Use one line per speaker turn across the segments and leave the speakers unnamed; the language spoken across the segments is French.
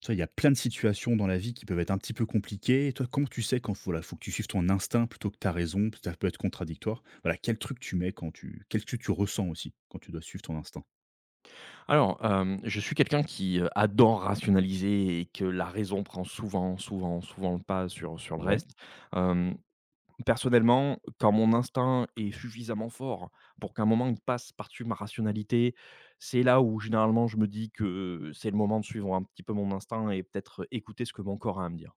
Tu vois, il y a plein de situations dans la vie qui peuvent être un petit peu compliquées. Et toi, comment tu sais quand faut, voilà, faut que tu suives ton instinct plutôt que ta raison? Ça peut être contradictoire. Voilà, quel truc tu mets quand tu. Quel truc tu ressens aussi quand tu dois suivre ton instinct?
Je suis quelqu'un qui, adore rationaliser et que la raison prend souvent, souvent, souvent le pas sur le
Ouais.
reste. Hem, Personnellement, quand mon instinct est suffisamment fort pour qu'un moment il passe par-dessus ma rationalité, c'est là où généralement je me dis que c'est le moment de suivre un petit peu mon instinct et peut-être écouter ce que mon corps a à me dire.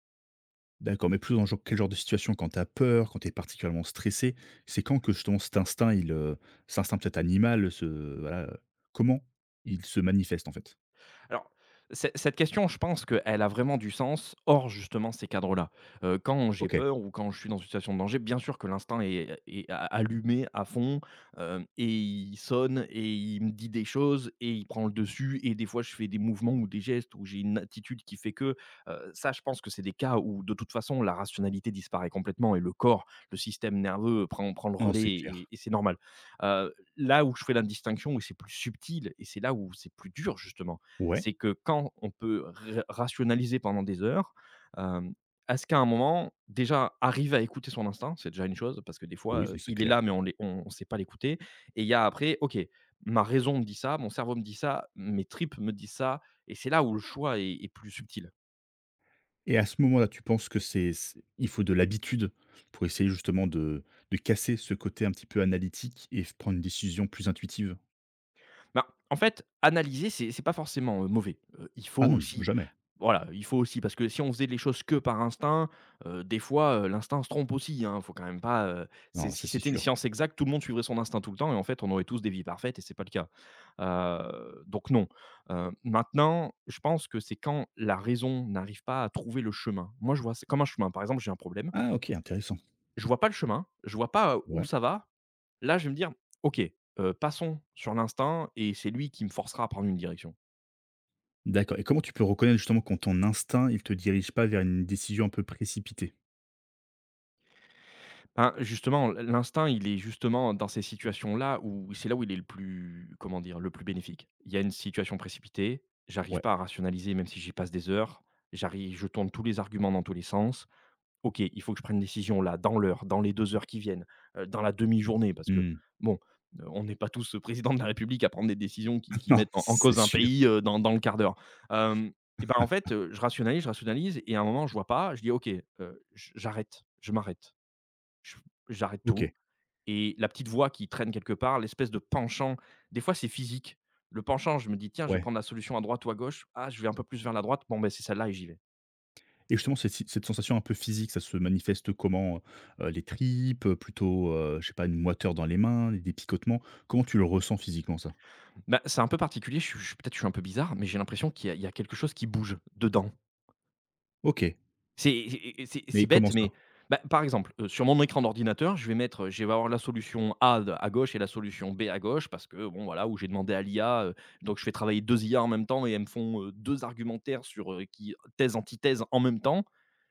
D'accord, mais plus dans le genre- quel genre de situation quand tu as peur, quand tu es particulièrement stressé? C'est quand que justement cet instinct, il, cet instinct peut-être animal, ce, voilà, comment il se manifeste en fait?
Alors, ce cette question, je pense qu'elle a vraiment du sens hors justement ces cadres-là. Quand j'ai
Ok.
peur ou quand je suis dans une situation de danger, bien sûr que l'instinct est a allumé à fond, hem et il sonne et il me dit des choses et il prend le dessus et des fois, je fais des mouvements ou des gestes ou j'ai une attitude qui fait que, ça, je pense que c'est des cas où de toute façon, la rationalité disparaît complètement et le corps, le système nerveux prend le
Non,
relais
c'est
et
clair.
c'est normal. Là où je fais la distinction, où c'est plus subtil et c'est là où c'est plus dur justement,
Ouais.
c'est que quand on peut rationaliser pendant des heures, euh, est-ce qu'à un moment, déjà, arrive à écouter son instinct? C'est déjà une chose, parce que des fois,
Oui, non, c'est
il est
clair.
là, mais on ne on, on sait pas l'écouter. Et il y a après, OK, ma raison me dit ça, mon cerveau me dit ça, mes tripes me disent ça, et c'est là où le choix est plus subtil.
Et à ce moment-là, tu penses que c'est il faut de l'habitude pour essayer justement de casser ce côté un petit peu analytique et f prendre une décision plus intuitive?
Ben, en fait, analyser, c'est pas forcément, mauvais. Il faut
Ah non,
aussi,
jamais.
voilà, il faut aussi parce que si on faisait les choses que par instinct, des fois, l'instinct se trompe aussi, hein. Faut quand même pas, c'est
Non, ça
si
c'est
c'était une
sûr.
science exacte, tout le monde suivrait son instinct tout le temps et en fait, on aurait tous des vies parfaites et c'est pas le cas. Donc non. Maintenant, je pense que c'est quand la raison n'arrive pas à trouver le chemin. Moi, je vois ça comme un chemin. Par exemple, j'ai un problème,
Ah OK, intéressant.
je vois pas le chemin, je vois pas où
Ouais.
ça va. Là, je vais me dire: «OK, passons sur l'instinct et c'est lui qui me forcera à prendre une direction.»
D'accord et comment tu peux reconnaître justement quand ton instinct, il te dirige pas vers une décision un peu précipitée?
Ben, justement, l'instinct, il est justement dans ces situations-là où c'est là où il est le plus, comment dire? Le plus bénéfique. Il y a une situation précipitée, j'arrive
Ouais.
pas à rationaliser même si j'y passe des heures, j'arrive je tourne tous les arguments dans tous les sens, OK, il faut que je prenne une décision là, dans l'heure, dans les 2 heures qui viennent, dans la demi-journée, parce que
Mmh.
bon, on n'est pas tous, président de la République à prendre des décisions qui qui
Non,
mettent en
c'est
cause un
sûr.
pays, dans le quart d'heure. Hem Et ben, en fait, je rationalise et à un moment je vois pas, je dis: «OK, j'arrête, je m'arrête, je j'arrête
OK,
tout», et la petite voix qui traîne quelque part, l'espèce de penchant, des fois c'est physique. Le penchant, je me dis: «Tiens, je vais
ouais
prendre la solution à droite ou à gauche. Ah, je vais un peu plus vers la droite, bon, ben c'est celle-là et j'y vais.»
et justement cette si cette sensation un peu physique, ça se manifeste comment? Les tripes, plutôt, je sais pas, une moiteur dans les mains, des picotements? Comment tu le ressens physiquement ça?
Bah, c'est un peu particulier, je suis je peut-être je suis un peu bizarre, mais j'ai l'impression qu'il y a il y a quelque chose qui bouge dedans.
OK.
C'est et c'est
Mais
c'est
comment
bête, mais
ça?
bah, par exemple, sur mon écran d'ordinateur, je vais mettre, je vais avoir la solution A de à gauche et la solution B à gauche parce que bon, voilà, où j'ai demandé à l'IA, donc je fais travailler 2 IA en même temps et elles me font, 2 argumentaires sur, qui thèse, antithèse en même temps.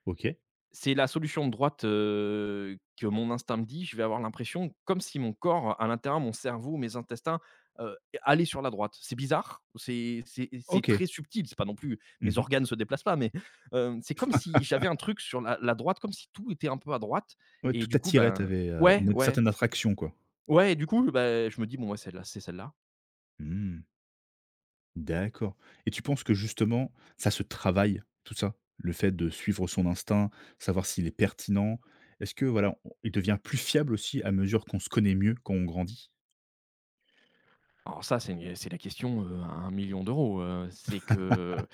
OK.
C'est la solution de droite, que mon instinct me dit. Je vais avoir l'impression comme si mon corps, à l'intérieur, mon cerveau, mes intestins, heu, allaient sur la droite. C'est bizarre, c'est
OK.
très subtil, c'est pas non plus mes
Mmh.
organes se déplacent pas, mais, c'est comme si j'avais un truc sur la droite, comme si tout était un peu à droite
Ouais,
et
tout
du coup,
attirait, tu
ben,
avais
ouais,
une
ouais,
certaine attraction, quoi.
ouais, et du coup, ben, je me dis: «Bon, ouais, celle-là, c'est celle-là.»
Mmh, d'accord et tu penses que justement, ça se travaille, tout ça? Le fait de suivre son instinct, savoir s'il est pertinent. Est-ce que voilà, on il devient plus fiable aussi à mesure qu'on se connaît mieux, quand on grandit?
Alors ça, c'est la question, à 1 000 000 €, c'est que,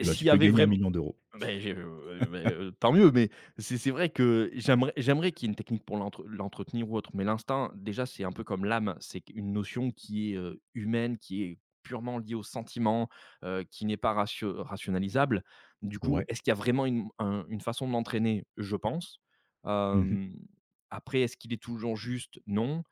Eh ben, tu
s'il y
peux
avait
gagner un
vraiment.
million d'euros.
Beh, je tant mieux, mais c'est vrai que j'aimerais qu'il y ait une technique pour l'entretenir ou autre, mais l'instinct, déjà, c'est un peu comme l'âme, c'est une notion qui est, humaine, qui est purement liée aux sentiments, qui n'est pas rationalisable. Du coup,
Ouais.
est-ce qu'il y a vraiment une façon de l'entraîner? Je pense.
Mmh.
Hem, Après, est-ce qu'il est toujours juste? Non.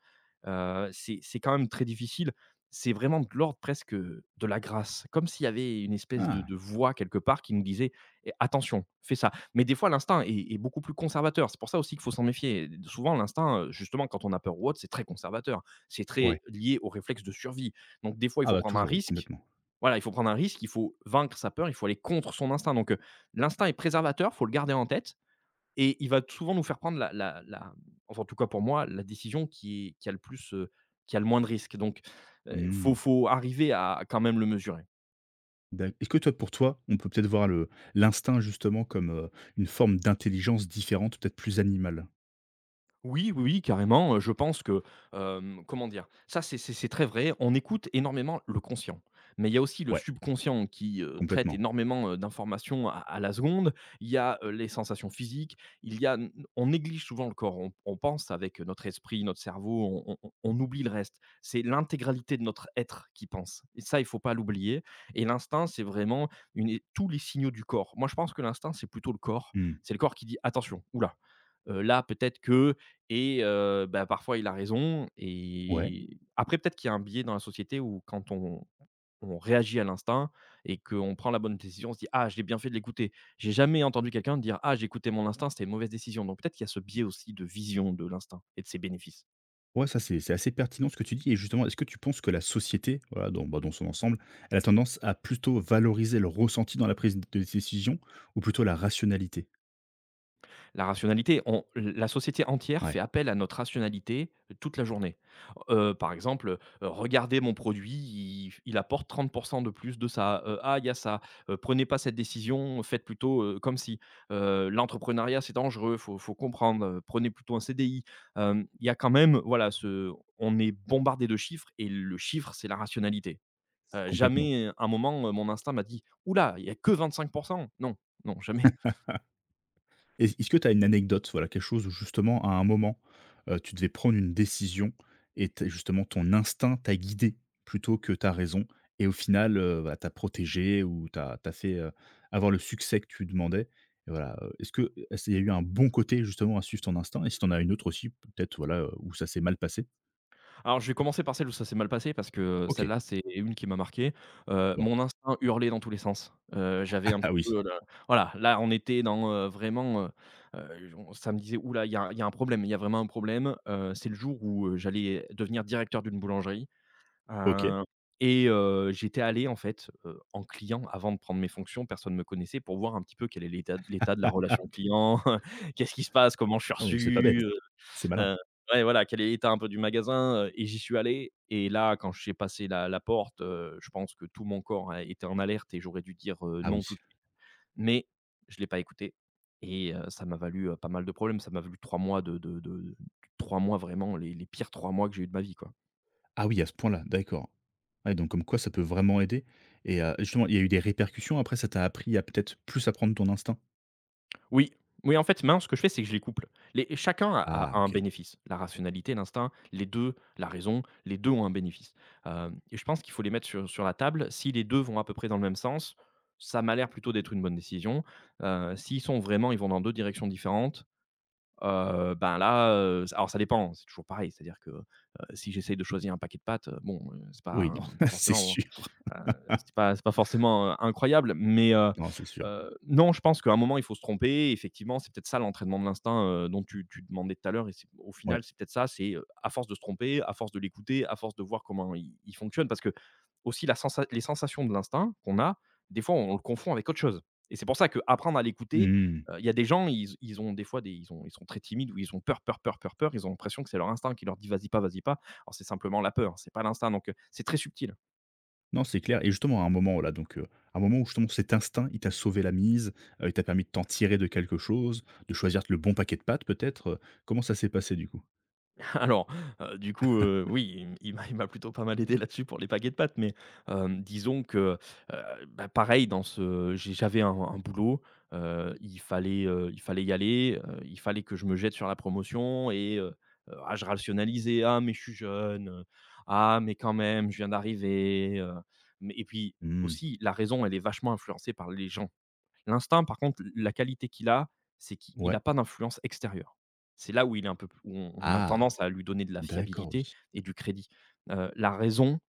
C'est quand même très difficile. C'est vraiment de l'ordre presque, de la grâce, comme s'il y avait une espèce
Ah!
de voix quelque part qui nous disait: «Eh attention, fais ça.» Mais des fois l'instinct est beaucoup plus conservateur. C'est pour ça aussi qu'il faut s'en méfier. Souvent l'instinct, justement quand on a peur ou autre, c'est très conservateur. C'est
Ouais.
très lié au réflexe de survie. Donc des fois, il
Ah
faut
bah,
prendre un
toujours, oui,
risque.
complètement.
Voilà, il faut prendre un risque, il faut vaincre sa peur, il faut aller contre son instinct. Donc, l'instinct est préservateur, faut le garder en tête. Et il va souvent nous faire prendre la la la enfin, en tout cas pour moi, la décision qui est qui a le plus, qui a le moins de risques. Donc,
Mmh,
faut arriver à quand même le mesurer.
d'ac est-ce que toi, pour toi, on peut peut-être voir le l'instinct justement comme, une forme d'intelligence différente, peut-être plus animale?
Oui, oui, oui, carrément. Je pense que, comment dire? Ça, c'est très vrai. On écoute énormément le conscient, mais il y a aussi le
Ouais.
subconscient qui, traite
Complètement.
énormément, d'informations à la seconde. Il y a, les sensations physiques, il y a, on néglige souvent le corps. On pense avec notre esprit, notre cerveau, on oublie le reste. C'est l'intégralité de notre être qui pense et ça, il faut pas l'oublier, et l'instinct, c'est vraiment une tous les signaux du corps. Moi, je pense que l'instinct, c'est plutôt le corps.
Mmh.
C'est le corps qui dit: «Attention, oula, là peut-être que.» Et bah, parfois il a raison
Ouais.
et après peut-être qu'il y a un biais dans la société où quand on réagit à l'instinct et qu'on prend la bonne décision, on se dit: «Ah, j'ai bien fait de l'écouter.» J'ai jamais entendu quelqu'un dire: «Ah, j'ai écouté mon instinct, c'était une mauvaise décision.» Donc peut-être qu'il y a ce biais aussi de vision de l'instinct et de ses bénéfices.
Ouais, ça c'est assez pertinent ce que tu dis et justement, est-ce que tu penses que la société, voilà, dans, bah, dans son ensemble, elle a tendance à plutôt valoriser le ressenti dans la prise de décision ou plutôt la rationalité?
La rationalité, on la société entière fait
Ouais,
appel à notre rationalité, toute la journée. Par exemple, «Regardez mon produit, il apporte 30 de plus de ça», «Ah, il y a ça», «Prenez pas cette décision, faites plutôt, comme si», «L'entrepreneuriat, c'est dangereux, faut comprendre, prenez plutôt un CDI.» Il y a quand même, voilà, ce, on est bombardé de chiffres et le chiffre, c'est la rationalité.
complètement.
Jamais, à un moment, mon instinct m'a dit: «Oula, il y a que 25%.» Non, non, jamais.
Et est-ce que tu as une anecdote, voilà, quelque chose où justement à un moment, tu devais prendre une décision et tu justement ton instinct t'a guidé plutôt que ta raison et au final, bah, t'a protégé ou t'as fait, avoir le succès que tu demandais et voilà, est-ce que est-ce il y a eu un bon côté justement à suivre ton instinct et si tu en as une autre aussi peut-être, voilà, où ça s'est mal passé?
Alors, je vais commencer par celle où ça s'est mal passé parce que
OK,
celle-là, c'est une qui m'a marqué.
ouais.
Mon instinct hurlait dans tous les sens. J'avais un
Ah
petit
oui,
peu le, voilà, là, on était dans, vraiment, on, ça me disait: «Ouh, il y a un problème, il y a vraiment un problème.» C'est le jour où, j'allais devenir directeur d'une boulangerie,
OK.
heu et j'étais allé, en fait, en client avant de prendre mes fonctions. Personne ne me connaissait, pour voir un petit peu quel est l'état de la relation client, qu'est-ce qui se passe, comment je suis
Ah oui, c'est pas bête,
reçu.
c'est malin.
Heu, ouais, voilà, quel est l'état un peu du magasin, et j'y suis allé et là, quand j'ai passé la porte, je pense que tout mon corps a était en alerte et j'aurais dû dire,
Ah oui.
non tout de suite. Mais je l'ai pas écouté, et ça m'a valu, pas mal de problèmes. Ça m'a valu 3 mois de 3 mois, vraiment les pires 3 mois que j'ai eu de ma vie, quoi.
Ah oui, à ce point-là, d'accord. Ouais, donc comme quoi ça peut vraiment aider et justement, il y a eu des répercussions après? Ça t'a appris à peut-être plus apprendre ton instinct?
Oui. Oui, en fait, maintenant, ce que je fais, c'est que je les couple. Les, chacun
Ah
a un
OK.
bénéfice. La rationalité, l'instinct, les deux, la raison, les deux ont un bénéfice. Hem et je pense qu'il faut les mettre sur la table. Si les deux vont à peu près dans le même sens, ça m'a l'air plutôt d'être une bonne décision. S'ils sont vraiment ils vont dans deux directions différentes, ben, là, alors ça dépend, c'est toujours pareil. C'est-à-dire que, si j'essaye de choisir un paquet de pâtes, bon, c'est pas
Oui,
un
non,
pas
c'est
forcément.
sûr.
Heu, c'est pas forcément, incroyable, mais
Non, c'est sûr.
non, je pense qu'à un moment, il faut se tromper. Effectivement, c'est peut-être ça l'entraînement de l'instinct, dont tu demandais tout à l'heure. Et c'est au
Ouais.
final, c'est peut-être ça, c'est, à force de se tromper, à force de l'écouter, à force de voir comment il fonctionne, parce que aussi la sensa les sensations de l'instinct qu'on a, des fois, on le confond avec autre chose, et c'est pour ça que apprendre à l'écouter.
Mmh.
Il y a des gens, ils ont des fois des ils ont ils sont très timides ou ils ont peur, peur, peur, peur, peur. Ils ont l'impression que c'est leur instinct qui leur dit: «Vas-y pas, vas-y pas». Alors c'est simplement la peur, c'est pas l'instinct, donc c'est très subtil.
Non, c'est clair et justement à un moment, là donc à un moment où justement cet instinct, il t'a sauvé la mise, il t'a permis de t'en tirer de quelque chose, de choisir le bon paquet de pâtes peut-être, comment ça s'est passé du coup?
Alors, du coup, oui, il m'a plutôt pas mal aidé là-dessus pour les paquets de pâtes, mais, hem, disons que, heu, bah, pareil. Dans ce j'avais un boulot, il fallait y aller, il fallait que je me jette sur la promotion et ah, je rationalisais: «Ah mais je suis jeune, ah mais quand même, je viens d'arriver, heu». Mais et puis
Mmh.
aussi, la raison elle est vachement influencée par les gens. L'instinct, par contre, la qualité qu'il a, c'est qu'il
Ouais.
n'a pas d'influence extérieure. C'est là où il est un peu où on a
Ah!
tendance à lui donner de la
D'accord,
fiabilité
oui.
et du crédit. La raison: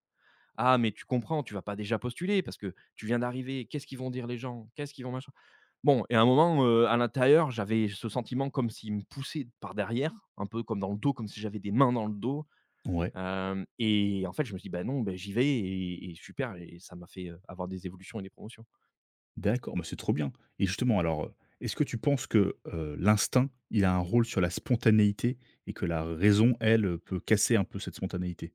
«Ah mais tu comprends, tu vas pas déjà postuler parce que tu viens d'arriver, qu'est-ce qu'ils vont dire les gens? Qu'est-ce qu'ils vont machin?» Bon, et à un moment, à l'intérieur, j'avais ce sentiment comme s'il me poussait par derrière, un peu comme dans le dos, comme si j'avais des mains dans le dos.
Ouais.
Hem, et en fait, je me suis dit: «Bah non, ben j'y vais et super», et ça m'a fait, avoir des évolutions et des promotions.
D'accord, mais c'est trop bien et justement alors, est-ce que tu penses que, l'instinct, il a un rôle sur la spontanéité et que la raison, elle, peut casser un peu cette spontanéité?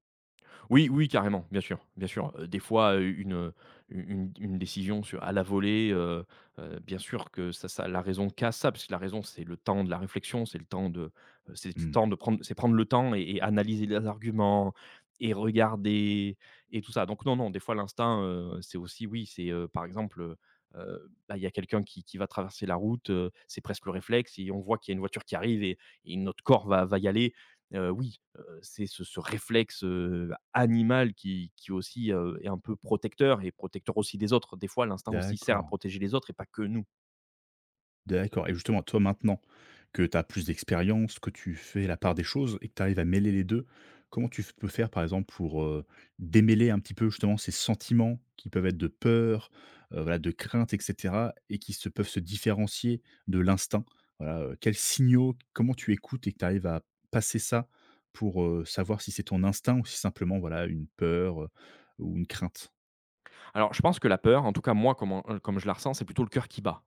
Oui, oui, carrément, bien sûr, bien sûr. Des fois, une décision sur à la volée, bien sûr que ça la raison casse ça, parce que la raison, c'est le temps de la réflexion, c'est le temps de, c'est le
Mmh,
temps de prendre, c'est prendre le temps et analyser les arguments et regarder et tout ça. Donc non, non, des fois l'instinct, c'est aussi oui, c'est, par exemple, bah, il y a quelqu'un qui va traverser la route, c'est presque le réflexe, et on voit qu'il y a une voiture qui arrive, et notre corps va y aller. Oui, c'est ce ce réflexe, animal qui aussi, est un peu protecteur, et protecteur aussi des autres. Des fois, l'instinct aussi sert à
d'accord.
protéger les autres et pas que nous.
D'accord et justement, toi, maintenant que tu as plus d'expérience, que tu fais la part des choses et que tu arrives à mêler les deux, comment tu f peux faire, par exemple, pour, démêler un petit peu, justement, ces sentiments qui peuvent être de peur, voilà, de crainte et cetera et qui se peuvent se différencier de l'instinct? Voilà, quels signaux, comment tu écoutes et que tu arrives à passer ça pour, savoir si c'est ton instinct ou si simplement, voilà, une peur, ou une crainte?
Alors je pense que la peur, en tout cas moi comment, comme je la ressens, c'est plutôt le cœur qui bat.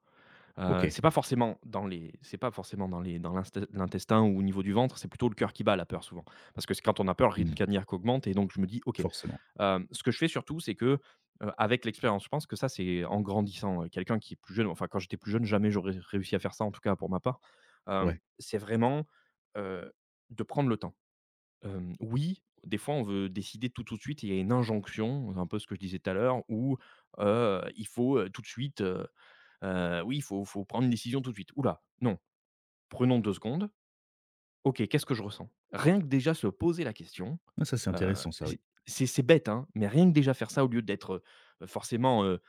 OK.
C'est pas forcément dans les c'est pas forcément dans les dans l'intestin ou au niveau du ventre, c'est plutôt le cœur qui bat la peur souvent. Parce que c'est quand on a peur, le rythme
Mmh,
cardiaque augmente, et donc je me dis: «OK».
forcément.
Hem, ce que je fais surtout, c'est que, avec l'expérience, je pense que ça, c'est en grandissant, quelqu'un qui est plus jeune, enfin quand j'étais plus jeune, jamais j'aurais réussi à faire ça, en tout cas pour ma part. Hem,
Ouais.
c'est vraiment, heu, de prendre le temps. Hem, oui, des fois, on veut décider tout, tout de suite. Et il y a une injonction, un peu ce que je disais tout à l'heure, où, il faut, tout de suite, oui, il faut prendre une décision tout de suite. Oula, non, prenons deux secondes. OK, qu'est-ce que je ressens? Rien que déjà se poser la question.
Ah ça, c'est
Heu,
intéressant ça, oui.
j'ai c'est bête, hein, mais rien que déjà faire ça au lieu d'être, forcément, heu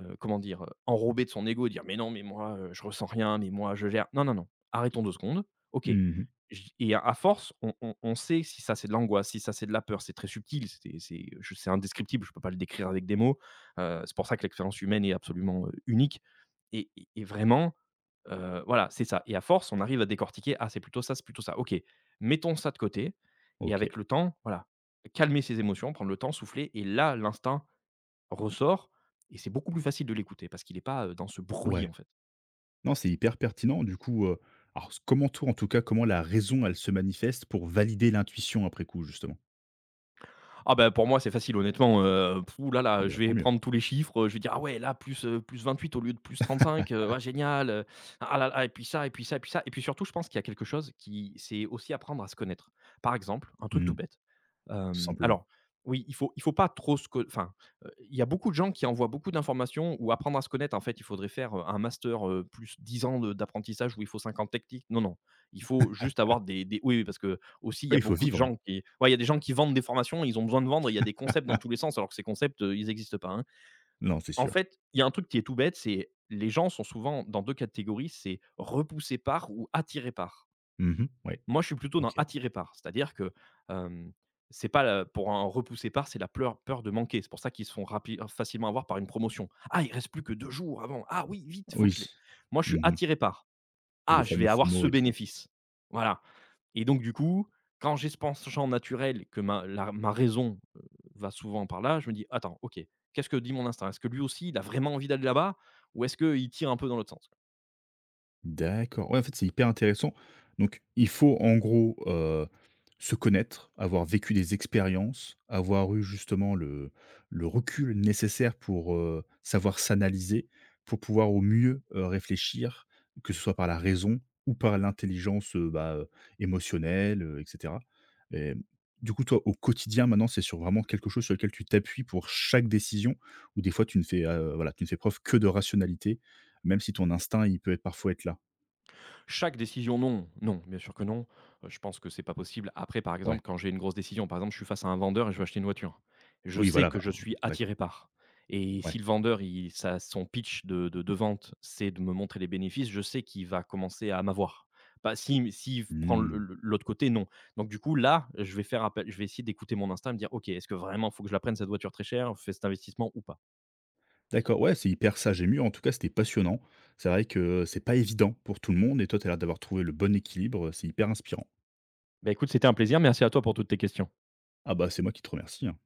heu, comment dire? Enrobé de son ego et dire: «Mais non, mais moi, je ressens rien, mais moi je gère». Non, non, non, arrêtons deux secondes. OK,
Mmh.
j et à force, on sait si ça c'est de l'angoisse, si ça c'est de la peur, c'est très subtil, c'est je c'est indescriptible, je ne peux pas le décrire avec des mots. C'est pour ça que l'expérience humaine est absolument, unique et et vraiment. Voilà, c'est ça. Et à force, on arrive à décortiquer: «Ah, c'est plutôt ça, c'est plutôt ça. OK, mettons ça de côté». Et
OK.
avec le temps, voilà, calmer ses émotions, prendre le temps, souffler, et là, l'instinct ressort, et c'est beaucoup plus facile de l'écouter parce qu'il n'est pas, dans ce bruit,
Ouais.
en fait.
Non, c'est hyper pertinent. Du coup, alors comment toi, en tout cas, comment la raison, elle se manifeste pour valider l'intuition après coup, justement?
Ah ben pour moi, c'est facile honnêtement, ouh là
Ah
là,
bah,
je
tant
vais
mieux.
prendre tous les chiffres, je vais dire: «Ah ouais, là plus, plus 28 au lieu de plus 35, ah génial, ah là là», et puis ça, et puis ça, et puis ça, et puis surtout, je pense qu'il y a quelque chose qui c'est aussi apprendre à se connaître. Par exemple, un truc tout
Mmh,
bête,
tout
hem,
simplement.
alors oui, il faut pas trop se co enfin, il y a beaucoup de gens qui envoient beaucoup d'informations ou apprendre à se connaître, en fait, il faudrait faire, un master, plus 10 ans de d'apprentissage où il faut 50 techniques. Non, non, il faut juste avoir des oui, oui, parce que aussi, il
Ah
y
oui,
a
il faut
beaucoup de
vivre, hein.
gens qui ouais, il y a des gens qui vendent des formations, ils ont besoin de vendre, il y a des concepts dans tous les sens, alors que ces concepts, ils n'existent pas, hein.
Non, c'est
En
sûr.
fait, il y a un truc qui est tout bête, c'est les gens sont souvent dans deux catégories, c'est repoussés par ou attirés par.
Mmh. Ouais,
Moi, je suis plutôt dans
OK.
attirés par, c'est-à-dire que, hem, c'est pas la pour un repoussé par, c'est la pleur peur de manquer. C'est pour ça qu'ils se font rapi facilement avoir par une promotion. «Ah, il reste plus que deux jours avant. Ah oui, vite, faut que je
Oui.
l'ai». Moi, je suis
Mmh.
attiré par:
Le
«Ah, je
fameux
vais avoir
FOMO
ce
et tout.
bénéfice». Voilà. Et donc du coup, quand j'ai ce penchant naturel que ma raison, va souvent par là, je me dis: «Attends, OK, qu'est-ce que dit mon instinct? Est-ce que lui aussi, il a vraiment envie d'aller là-bas, ou est-ce qu'il tire un peu dans l'autre sens?»
D'accord. Ouais, en fait, c'est hyper intéressant. Donc, il faut en gros, se connaître, avoir vécu des expériences, avoir eu justement le recul nécessaire pour savoir s'analyser, pour pouvoir au mieux réfléchir, que ce soit par la raison ou par l'intelligence, émotionnelle, etc. Et du coup, toi, au quotidien, maintenant, c'est sur vraiment quelque chose sur lequel tu t'appuies pour chaque décision, ou des fois, tu ne fais, voilà, tu ne fais preuve que de rationalité, même si ton instinct, il peut être parfois être là.
Chaque décision, non, non, bien sûr que non. Je pense que c'est pas possible. Après, par
Ouais.
exemple, quand j'ai une grosse décision, par exemple, je suis face à un vendeur et je veux acheter une voiture. Je
Oui,
sais
voilà,
que
bah,
je suis
d'accord.
attiré par, et
Ouais.
si le vendeur, il ça son pitch de vente, c'est de me montrer les bénéfices, je sais qu'il va commencer à m'avoir. Bah, si s'il prend le
Mmh.
le l'autre côté, non. Donc du coup, là, je vais faire appel, je vais essayer d'écouter mon instinct et me dire: «OK, est-ce que vraiment, il faut que je la prenne cette voiture très chère? Fais cet investissement ou pas?»
D'accord, ouais, c'est hyper sage et mûr. En tout cas, c'était passionnant. C'est vrai que c'est pas évident pour tout le monde et toi, tu as l'air d'avoir trouvé le bon équilibre, c'est hyper inspirant.
Bah, écoute, c'était un plaisir. Merci à toi pour toutes tes questions.
Ah bah, c'est moi qui te remercie, hein.